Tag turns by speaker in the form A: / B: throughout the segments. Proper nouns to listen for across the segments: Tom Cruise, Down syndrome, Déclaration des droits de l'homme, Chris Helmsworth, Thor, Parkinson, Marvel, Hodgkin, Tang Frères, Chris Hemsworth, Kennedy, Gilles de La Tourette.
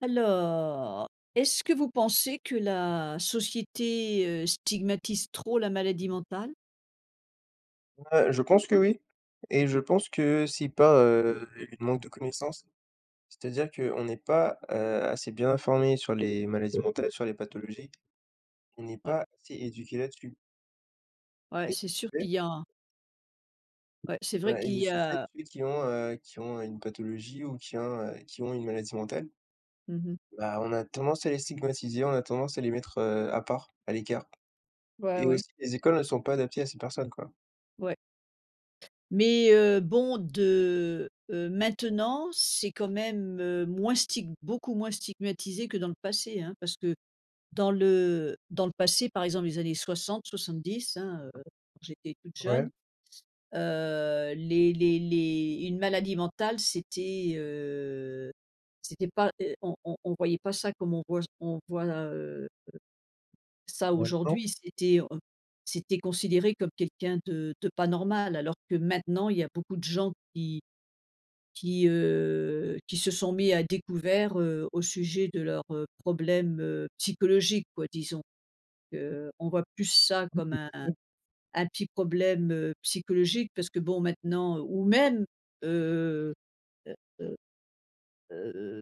A: Alors, est-ce que vous pensez que la société, stigmatise trop la maladie mentale?
B: Je pense que oui et je pense que c'est pas, une manque de connaissances. C'est-à-dire qu'on n'est pas, assez bien informé sur les maladies mentales, sur les pathologies. On n'est
A: Ouais,
B: pas assez éduqué là-dessus.
A: ouais,
B: Et de
A: c'est sûr
B: ce
A: qu'il
B: fait
A: y a un ouais, c'est vrai
B: Ouais, et
A: qu'il
B: de
A: y
B: ce fait,
A: a
B: ceux qui ont une pathologie ou qui ont une maladie mentale,
A: mmh.
B: bah, on a tendance à les stigmatiser, on a tendance à les mettre, à part, à l'écart.
A: Ouais,
B: Et
A: ouais,
B: aussi, les écoles ne sont pas adaptées à ces personnes, quoi.
A: ouais. Mais, bon de maintenant, c'est quand même, moins stig beaucoup moins stigmatisé que dans le passé, hein, parce que Dans le passé, par exemple, les années soixante 70 hein, quand j'étais toute jeune,
B: Ouais,
A: les une maladie mentale, c'était, c'était pas, on voyait pas ça comme on voit, ça
B: maintenant.
A: aujourd'hui. C'était, c'était considéré comme quelqu'un de pas normal, alors que maintenant, il y a beaucoup de gens qui se sont mis à découvert, au sujet de leurs, problèmes, psychologiques, quoi, disons on voit plus ça comme
B: Mmh,
A: un petit problème, psychologique parce que bon maintenant ou même, heu heu heu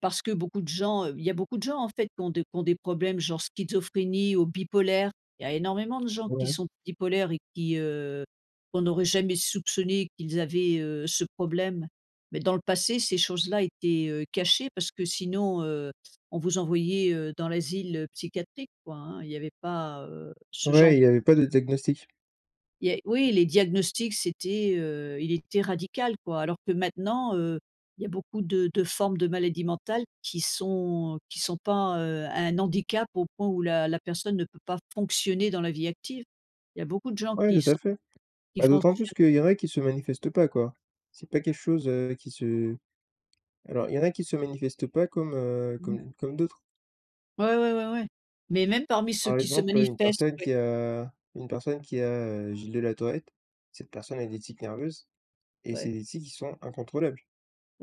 A: parce que beaucoup de gens, il y a beaucoup de gens en fait qui ont des problèmes genre schizophrénie ou bipolaire. Il y a énormément de gens qui
B: ouais.
A: sont bipolaires et qui, qu'on n'aurait jamais soupçonné qu'ils avaient, ce problème. Mais dans le passé, ces choses-là étaient, cachées parce que sinon, on vous envoyait, dans l'asile, psychiatrique quoi, hein. Il y avait pas, ce genre
B: Ouais, il
A: de
B: y avait pas de diagnostic.
A: Il y a oui, les diagnostics, c'était, il était radical, quoi. Alors que maintenant, il y a beaucoup de formes de maladies mentales qui sont pas, un handicap au point où la personne ne peut pas fonctionner dans la vie active. Il y a beaucoup de gens qui
B: Ouais, tout à
A: sont
B: fait.
A: qui
B: Bah, d'autant plus
A: fonctionnent
B: qu'il y en a qui se manifestent pas, quoi. C'est pas quelque chose, qui se Alors il y en a qui se manifestent pas comme,
A: mmh.
B: d'autres.
A: Ouais, ouais, ouais, ouais. Mais même parmi ceux
B: Par
A: qui se
B: exemple,
A: manifestent, ouais,
B: une personne qui a, Gilles de La Tourette, cette personne a des tics nerveuses et
A: ouais,
B: c'est des tics qui sont incontrôlables.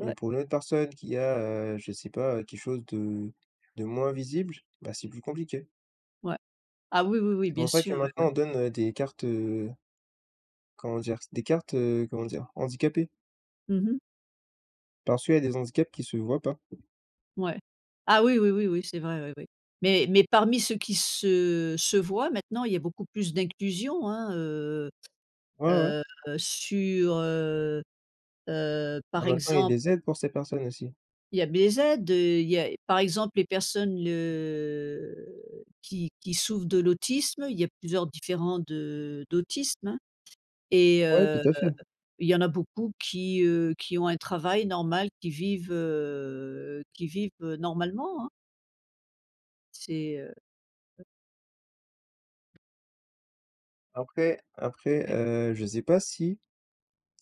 B: Mais pour une autre personne qui a, je sais pas, quelque chose de moins visible, bah, c'est plus compliqué.
A: ouais. Ah oui, oui, oui,
B: C'est
A: bien
B: pour ça
A: sûr,
B: que
A: ouais, ouais.
B: maintenant on donne, des cartes, comment dire? Des cartes, comment dire? Handicapées,
A: Mmh.
B: parce qu'il y a des handicaps qui se voient pas.
A: Ouais. Ah oui, oui, oui, oui, c'est vrai, oui, oui. Mais parmi ceux qui se se voient maintenant, il y a beaucoup plus d'inclusion, hein,
B: Ouais, ouais.
A: heu, sur,
B: Ah
A: par
B: maintenant, il y a
A: exemple,
B: des aides pour ces personnes aussi.
A: il y a des aides, il y a par exemple, les personnes, qui souffrent de l'autisme, il y a plusieurs différents de d'autisme, hein, et
B: Ouais, tout
A: heu,
B: à fait.
A: il y en a beaucoup qui ont un travail normal, qui vivent, normalement, hein. C'est,
B: Après, je sais pas si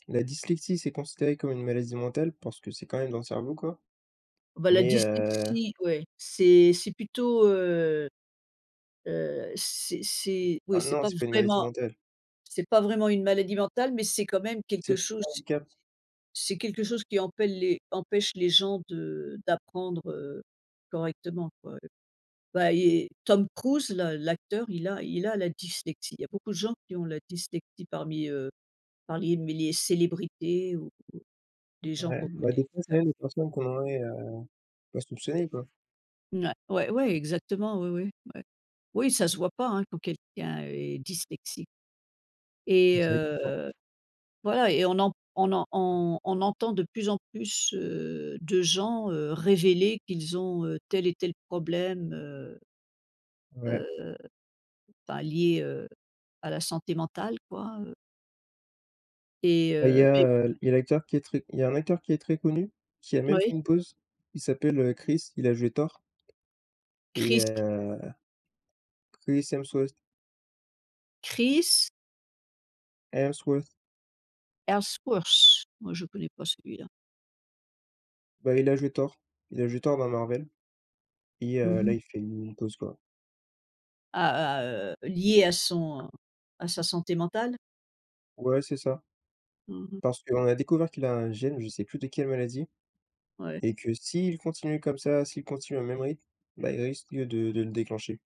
B: la dyslexie, c'est considéré comme une maladie mentale parce que c'est quand même dans le cerveau, quoi,
A: Bah, la
B: mais heu,
A: dyslexie, ouais, c'est plutôt, c'est oui,
B: ah non, c'est pas une maladie mentale,
A: c'est pas vraiment une maladie mentale, mais c'est quand même
B: c'est
A: quelque
B: plus
A: chose
B: un
A: c'est
B: handicap.
A: quelque chose qui empelle les empêche les gens de d'apprendre, correctement, quoi. Bah et Tom Cruise, là, l'acteur, il a la dyslexie. Il y a beaucoup de gens qui ont la dyslexie parmi, parmi les célébrités ou des gens
B: Ouais,
A: qu'on
B: bah, des fois, c'est même des personnes qu'on aurait, pas soupçonnées, quoi.
A: ouais, ouais, ouais, exactement, ouais ouais. Oui, ça se voit pas, hein, quand quelqu'un est dyslexique et heu,
B: Exactement.
A: voilà et on entend de plus en plus, de gens, révéler qu'ils ont, tel et tel problème,
B: Ouais.
A: heu, enfin lié, à la santé mentale quoi,
B: Bah,
A: mais
B: il y a un acteur qui est très connu, qui a même fait
A: oui,
B: une pause. Il s'appelle, Chris, il a joué Thor et
A: Chris
B: Chris Hemsworth
A: Chris
B: Hemsworth,
A: Helmsworth, moi je connais pas celui-là.
B: bah, il a joué Thor. Il a joué Thor dans Marvel. Et là,
A: Mmh.
B: il fait une pause, quoi.
A: Lié à son à sa santé mentale?
B: Ouais, c'est ça.
A: Mmh,
B: Parce qu'on a découvert qu'il a un gène, je sais plus de quelle maladie
A: ouais.
B: et que s'il continue comme ça, s'il continue au même rythme, bah, il risque de le déclencher.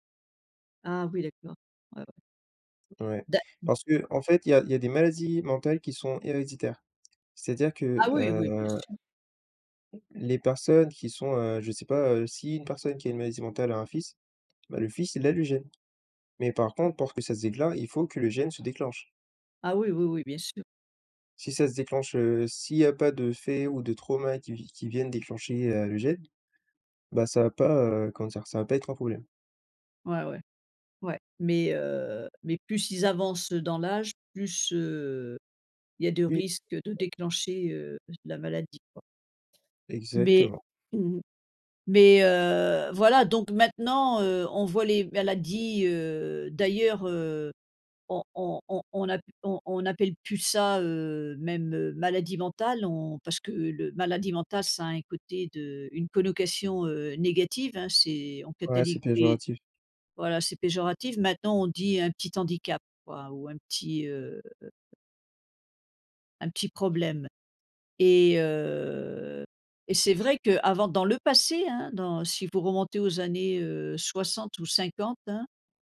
A: Ah oui, d'accord. Ouais, ouais.
B: Ouais.
A: Da
B: Parce que en fait, il y a des maladies mentales qui sont héréditaires. C'est-à-dire que,
A: ah oui, oui, bien
B: heu,
A: sûr.
B: les personnes qui sont, je sais pas, si une personne qui a une maladie mentale a un fils, bah, le fils, il a le gène. Mais par contre, pour que ça se déclare, il faut que le gène se déclenche.
A: Ah oui, oui, oui, bien sûr.
B: Si ça se déclenche, s'il y a pas de faits ou de trauma qui viennent déclencher, le gène, bah, ça va pas, comment dire? Ça va pas être un problème.
A: Ouais, ouais, ouais. Mais plus ils avancent dans l'âge, plus, il y a de
B: Oui,
A: risques de déclencher, la maladie, quoi. Mais
B: exactement.
A: mmh. Mais, voilà, donc maintenant, on voit les maladies, d'ailleurs, on appelle plus ça, même, maladie mentale, on parce que le maladie mentale, ça a un côté de une connotation, négative, hein, c'est on
B: Ouais, c'est
A: catalogue
B: péjoratif.
A: Voilà, c'est péjoratif. Maintenant, on dit un petit handicap, quoi, ou un petit problème et heu et c'est vrai que avant, dans le passé, hein, dans si vous remontez aux années, 60 ou 50, hein,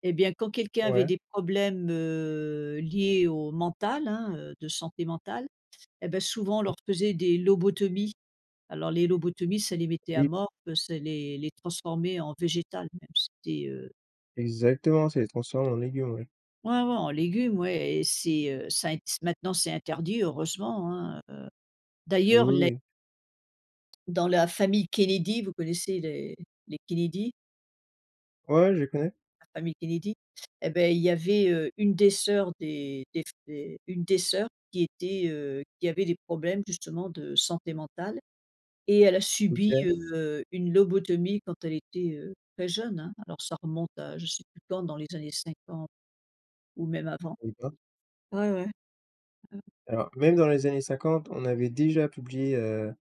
A: et bien quand quelqu'un avait
B: Ouais.
A: des problèmes, liés au mental, hein, de santé mentale, eh bah, souvent on leur faisait des lobotomies. Alors les lobotomies, ça les mettait à
B: Oui,
A: mort, ça les transformait en végétal même. C'était,
B: exactement, ça les transforme en légumes, ouais.
A: Ouais, ouais, en légumes, ouais et c'est, ça int maintenant c'est interdit, heureusement, hein.
B: Ah
A: D'ailleurs,
B: oui,
A: les
B: oui.
A: dans la famille Kennedy, vous connaissez les Kennedy?
B: Ouais, je les connais.
A: La famille Kennedy? Eh ben il y avait, une des sœurs des une des sœurs qui était, qui avait des problèmes justement de santé mentale et elle a
B: OK,
A: subi,
B: je
A: une lobotomie quand elle était, très jeune, hein. Alors ça remonte à je sais plus quand, dans les années 50 ou même avant.
B: savais pas.
A: Ouais, ouais,
B: Alors, même dans les années 50 on avait déjà publié,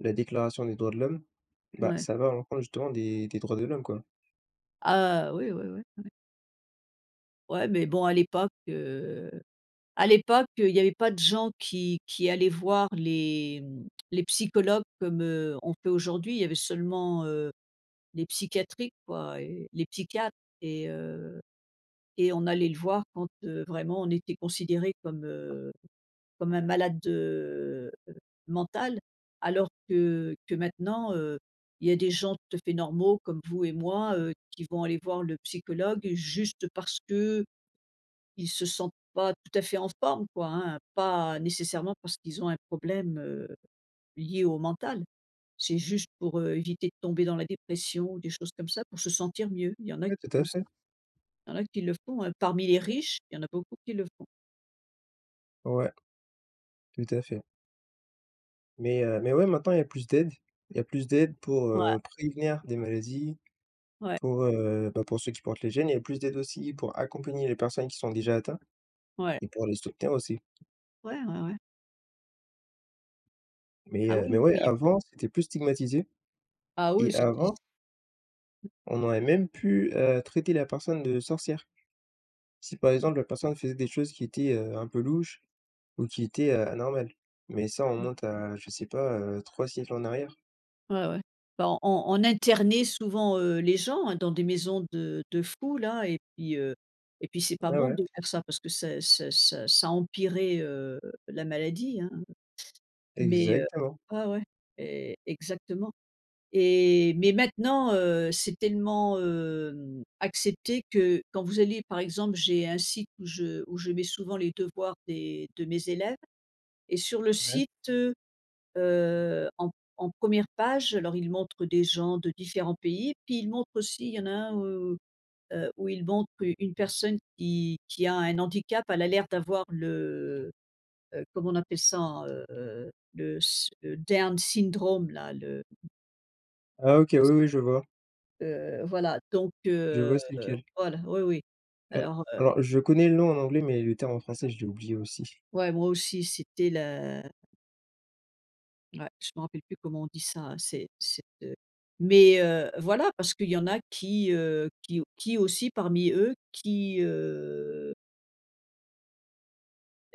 B: la Déclaration des droits de l'homme. Bah,
A: ouais.
B: ça va à l'encontre justement des droits de l'homme, quoi.
A: Ah oui, oui, oui. Ouais, mais bon à l'époque, il y avait pas de gens qui allaient voir les, mmh, les psychologues comme, on fait aujourd'hui. Il y avait seulement, les psychiatriques quoi et les psychiatres et on allait le voir quand, vraiment on était considéré comme, comme un malade, mental. Alors que maintenant, il y a des gens tout à fait normaux comme vous et moi, qui vont aller voir le psychologue juste parce que ils se sentent pas tout à fait en forme quoi, hein, pas nécessairement parce qu'ils ont un problème, lié au mental. C'est juste pour, éviter de tomber dans la dépression ou des choses comme ça, pour se sentir mieux. Il y en a
B: Ouais,
A: qui
B: tout à
A: font ça,
B: fait.
A: il y en a qui le font, hein. Parmi les riches, il y en a beaucoup qui le font.
B: Ouais, tout à fait. Mais ouais, maintenant il y a plus d'aide. Il y a plus d'aide pour,
A: Ouais,
B: prévenir des maladies,
A: ouais,
B: pour, pour ceux qui portent les gènes. Il y a plus d'aide aussi pour accompagner les personnes qui sont déjà atteintes.
A: ouais.
B: Et pour les soutenir aussi.
A: Ouais, ouais, ouais.
B: Mais
A: Ah oui,
B: heu, mais ouais,
A: oui, oui.
B: avant, c'était plus stigmatisé
A: Ah oui,
B: et
A: c'est.
B: avant, on aurait même pu, traiter la personne de sorcière. Si par exemple la personne faisait des choses qui étaient, un peu louches ou qui étaient, anormales. Mais ça, on monte à, je sais pas, 3 siècles en arrière.
A: Ouais, ouais. Bah, on internait souvent, les gens, hein, dans des maisons de fous là et puis c'est pas
B: Ouais,
A: bon
B: ouais,
A: de faire ça parce que ça empirait, la maladie, hein. Mais,
B: exactement,
A: ouais, ouais et exactement et mais maintenant, c'est tellement, accepté que quand vous allez par exemple, j'ai un site où je mets souvent les devoirs des de mes élèves et sur le
B: ouais.
A: site, en en 1 page, alors il montre des gens de différents pays, puis il montre aussi il y en a un où, où il montre u une personne qui a un handicap. Elle a l'air d'avoir le, comment on appelle ça? Le s le Down syndrome là, le,
B: Ah OK, oui, oui, je vois.
A: voilà donc
B: Je vois c'est lequel.
A: voilà, oui, oui.
B: Alors
A: Alors,
B: alors je connais le nom en anglais, mais le terme en français, je l'ai oublié aussi.
A: ouais, moi aussi c'était la Ouais, je me rappelle plus comment on dit ça, hein, c'est, mais voilà, parce qu'il y en a qui aussi parmi eux qui,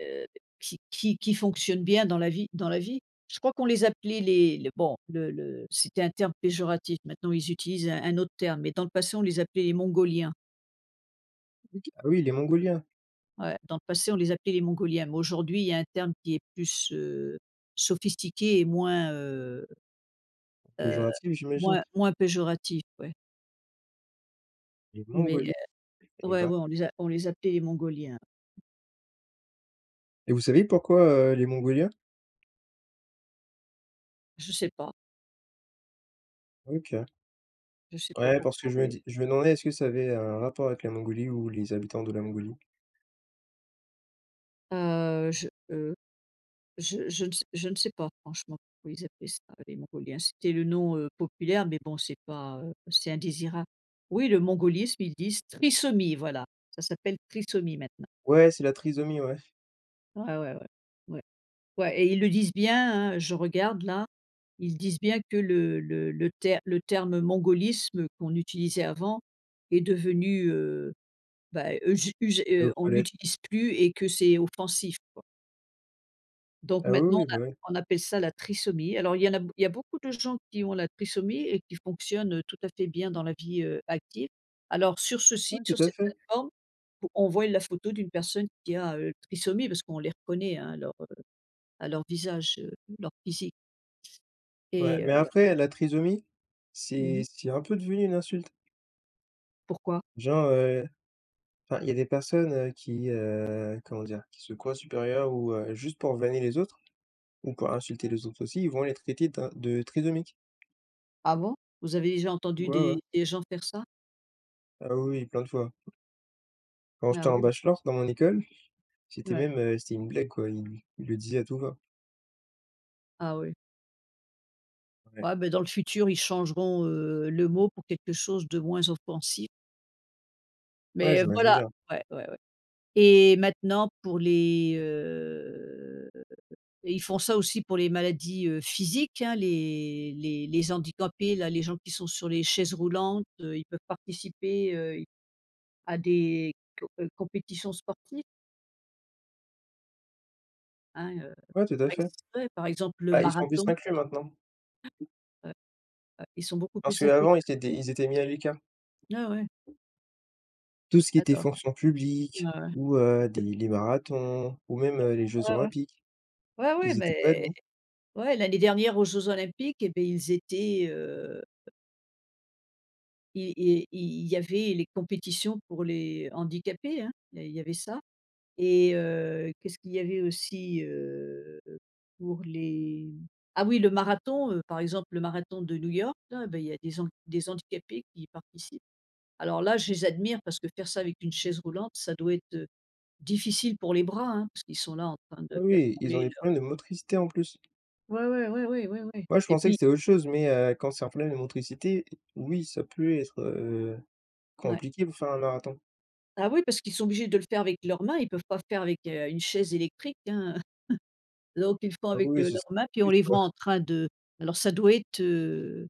A: heu, qui fonctionnent bien dans la vie dans la vie. Je crois qu'on les appelait les bon, le c'était un terme péjoratif, maintenant ils utilisent un autre terme, mais dans le passé on les appelait les mongoliens.
B: OK. Ah oui, les Mongoliens,
A: Ouais, dans le passé on les appelait les mongoliens, mais aujourd'hui il y a un terme qui est plus, sophistiqué et moins, heu,
B: péjoratif, j'imagine.
A: moins péjoratif, ouais.
B: Les
A: Mais
B: Mongoliens, eh
A: ouais,
B: ben.
A: ouais, on les a on les appelait les Mongoliens.
B: Et vous savez pourquoi, les Mongoliens?
A: Je sais pas,
B: OK.
A: je sais pas
B: Ouais, parce que
A: pourquoi on les
B: je me demandais est-ce que ça avait un rapport avec la Mongolie ou les habitants de la Mongolie?
A: heu, je, heu, je ne sais je ne sais pas franchement pourquoi ils appelaient ça les Mongoliens. C'était le nom, populaire, mais bon, c'est pas, c'est indésirable. Oui, le mongolisme, ils disent trisomie, voilà, ça s'appelle trisomie maintenant.
B: Ouais, c'est la trisomie, ouais,
A: Ouais, ouais, ouais. Ouais, ouais et ils le disent bien, hein, je regarde là, ils disent bien que le terme mongolisme qu'on utilisait avant est devenu, Bah, j j
B: elle est
A: on ne
B: obsolète.
A: l'utilise plus et que c'est offensif, quoi. Donc
B: Ah
A: maintenant
B: oui, oui,
A: on a
B: bah, ouais.
A: on appelle ça la trisomie. Alors il y en a il y a beaucoup de gens qui ont la trisomie et qui fonctionnent, tout à fait bien dans la vie, active. Alors sur ce
B: Ouais,
A: site, sur
B: tout à
A: cette
B: fait.
A: plateforme, on voit la photo d'une personne qui a, trisomie parce qu'on les reconnaît, hein, à leur visage, leur physique
B: Ouais,
A: et
B: mais
A: heu
B: après la trisomie, c'est
A: mmh.
B: c'est un peu devenu une insulte.
A: Pourquoi?
B: Genre, enfin, il y a des personnes, qui, comment dire? Qui se croient supérieures ou juste pour vanner les autres ou pour insulter les autres aussi, ils vont les traiter d'un de trisomiques.
A: Ah bon? Vous avez déjà entendu
B: Ouais, ouais.
A: des gens faire ça?
B: Ah oui, oui, plein de fois. Quand
A: Ah
B: j'étais en
A: oui?
B: bachelor dans mon école, c'était
A: Ouais.
B: même, c'était une blague, quoi. Ils le disaient à tout va.
A: Ah oui.
B: Ouais.
A: Ouais, beh, dans le futur, ils changeront, le mot pour quelque chose de moins offensif,
B: Ouais,
A: mais
B: j'imagine
A: voilà,
B: bien.
A: ouais, ouais, ouais et maintenant pour les, ils font ça aussi pour les maladies, physiques, hein, les handicapés, là, les gens qui sont sur les chaises roulantes, ils peuvent participer, à des co compétitions sportives, hein, heu,
B: Ouais, tout à
A: par ex
B: fait.
A: ouais, par exemple le
B: Bah, ils sont plus
A: marathon,
B: inclus maintenant.
A: heu, ouais, ils sont beaucoup
B: Parce
A: plus intégrés.
B: qu'avant, ils étaient mis à l'écart.
A: Ouais, ouais,
B: Tout ce qui était
A: d'accord.
B: fonction
A: Ouais,
B: publique
A: ouais.
B: ou des les marathons ou même, les Jeux
A: Ouais, ouais.
B: olympiques,
A: Ouais,
B: ils
A: ouais,
B: n'étaient pas
A: mais
B: admis.
A: ouais, l'année dernière aux Jeux olympiques et beh, ils étaient, i i il y avait les compétitions pour les handicapés, hein, il y avait ça qu'est-ce qu'il y avait aussi, pour les ah oui, le marathon, par exemple, le marathon de New York là, beh, il y a des han des handicapés qui y participent. Alors là, je les admire parce que faire ça avec une chaise roulante, ça doit être, difficile pour les bras, hein, parce qu'ils sont là en train
B: Ah
A: de faire
B: oui, ils ont
A: rouler
B: des
A: leur
B: problèmes de motricité en plus.
A: ouais, ouais, ouais, ouais, ouais, ouais
B: Moi, je
A: et
B: pensais que
A: puis
B: c'était autre chose, mais quand c'est un problème de motricité, oui, ça peut être,
A: ouais.
B: compliqué pour faire un marathon.
A: Ah oui, parce qu'ils sont obligés de le faire avec leurs mains, ils peuvent pas faire avec, une chaise électrique, hein. Donc ils le font
B: Ah oui,
A: avec,
B: oui, ce serait
A: leurs mains, puis on
B: compliqué,
A: les
B: quoi.
A: voit en train de alors ça doit être,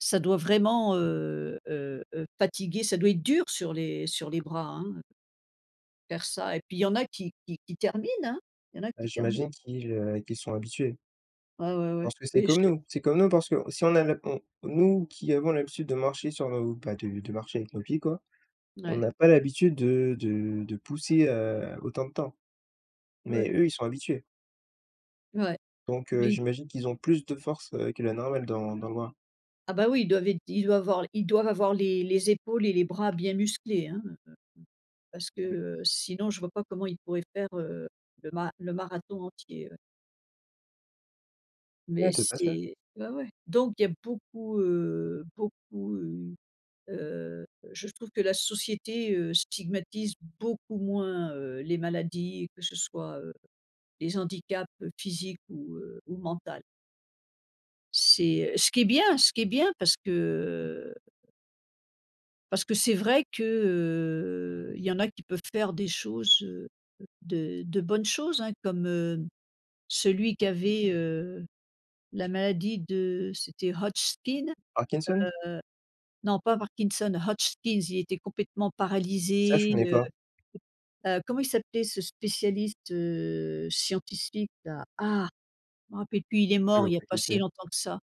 A: ça doit vraiment, fatiguer, ça doit être dur sur les bras, hein, faire ça et puis il y en a qui terminent, hein. Il y en a
B: Bah,
A: qui terminent.
B: j'imagine qu'ils sont habitués.
A: Ouais, ouais, ouais.
B: Parce que
A: Mais je
B: c'est comme nous parce que si on a la on nous qui avons l'habitude de marcher sur nos bah, de marcher avec nos pieds, quoi. On
A: ouais,
B: n'a pas l'habitude de pousser, autant de temps, mais
A: ouais,
B: eux, ils sont habitués.
A: ouais.
B: Donc
A: Oui.
B: j'imagine qu'ils ont plus de force, que la normale dans le bras.
A: Ah bah oui, ils doivent avoir les épaules et les bras bien musclés, hein. Parce que, sinon je vois pas comment il pourrait faire, le ma le marathon entier, ouais.
B: Ouais,
A: Mais
B: tout à fait.
A: c'est ouais, ouais. Donc il y a beaucoup, beaucoup, heu, je trouve que la société, stigmatise beaucoup moins, les maladies, que ce soit, les handicaps, physiques ou mentales. C'est ce qui est bien ce qui est bien parce que c'est vrai que, il y en a qui peuvent faire des choses, de bonnes choses, hein, comme, celui qui avait, la maladie de c'était Hodgkin?
B: Parkinson?
A: Non, pas Parkinson, Hodgkin, il était complètement
B: Ça, je
A: paralysé,
B: connais pas.
A: comment il s'appelait ce spécialiste, scientifique là? Ah! Je me rappelle plus, il est
B: Je
A: mort
B: vois
A: il n'y a
B: pas
A: pas
B: qui
A: si
B: c'est.
A: longtemps que ça.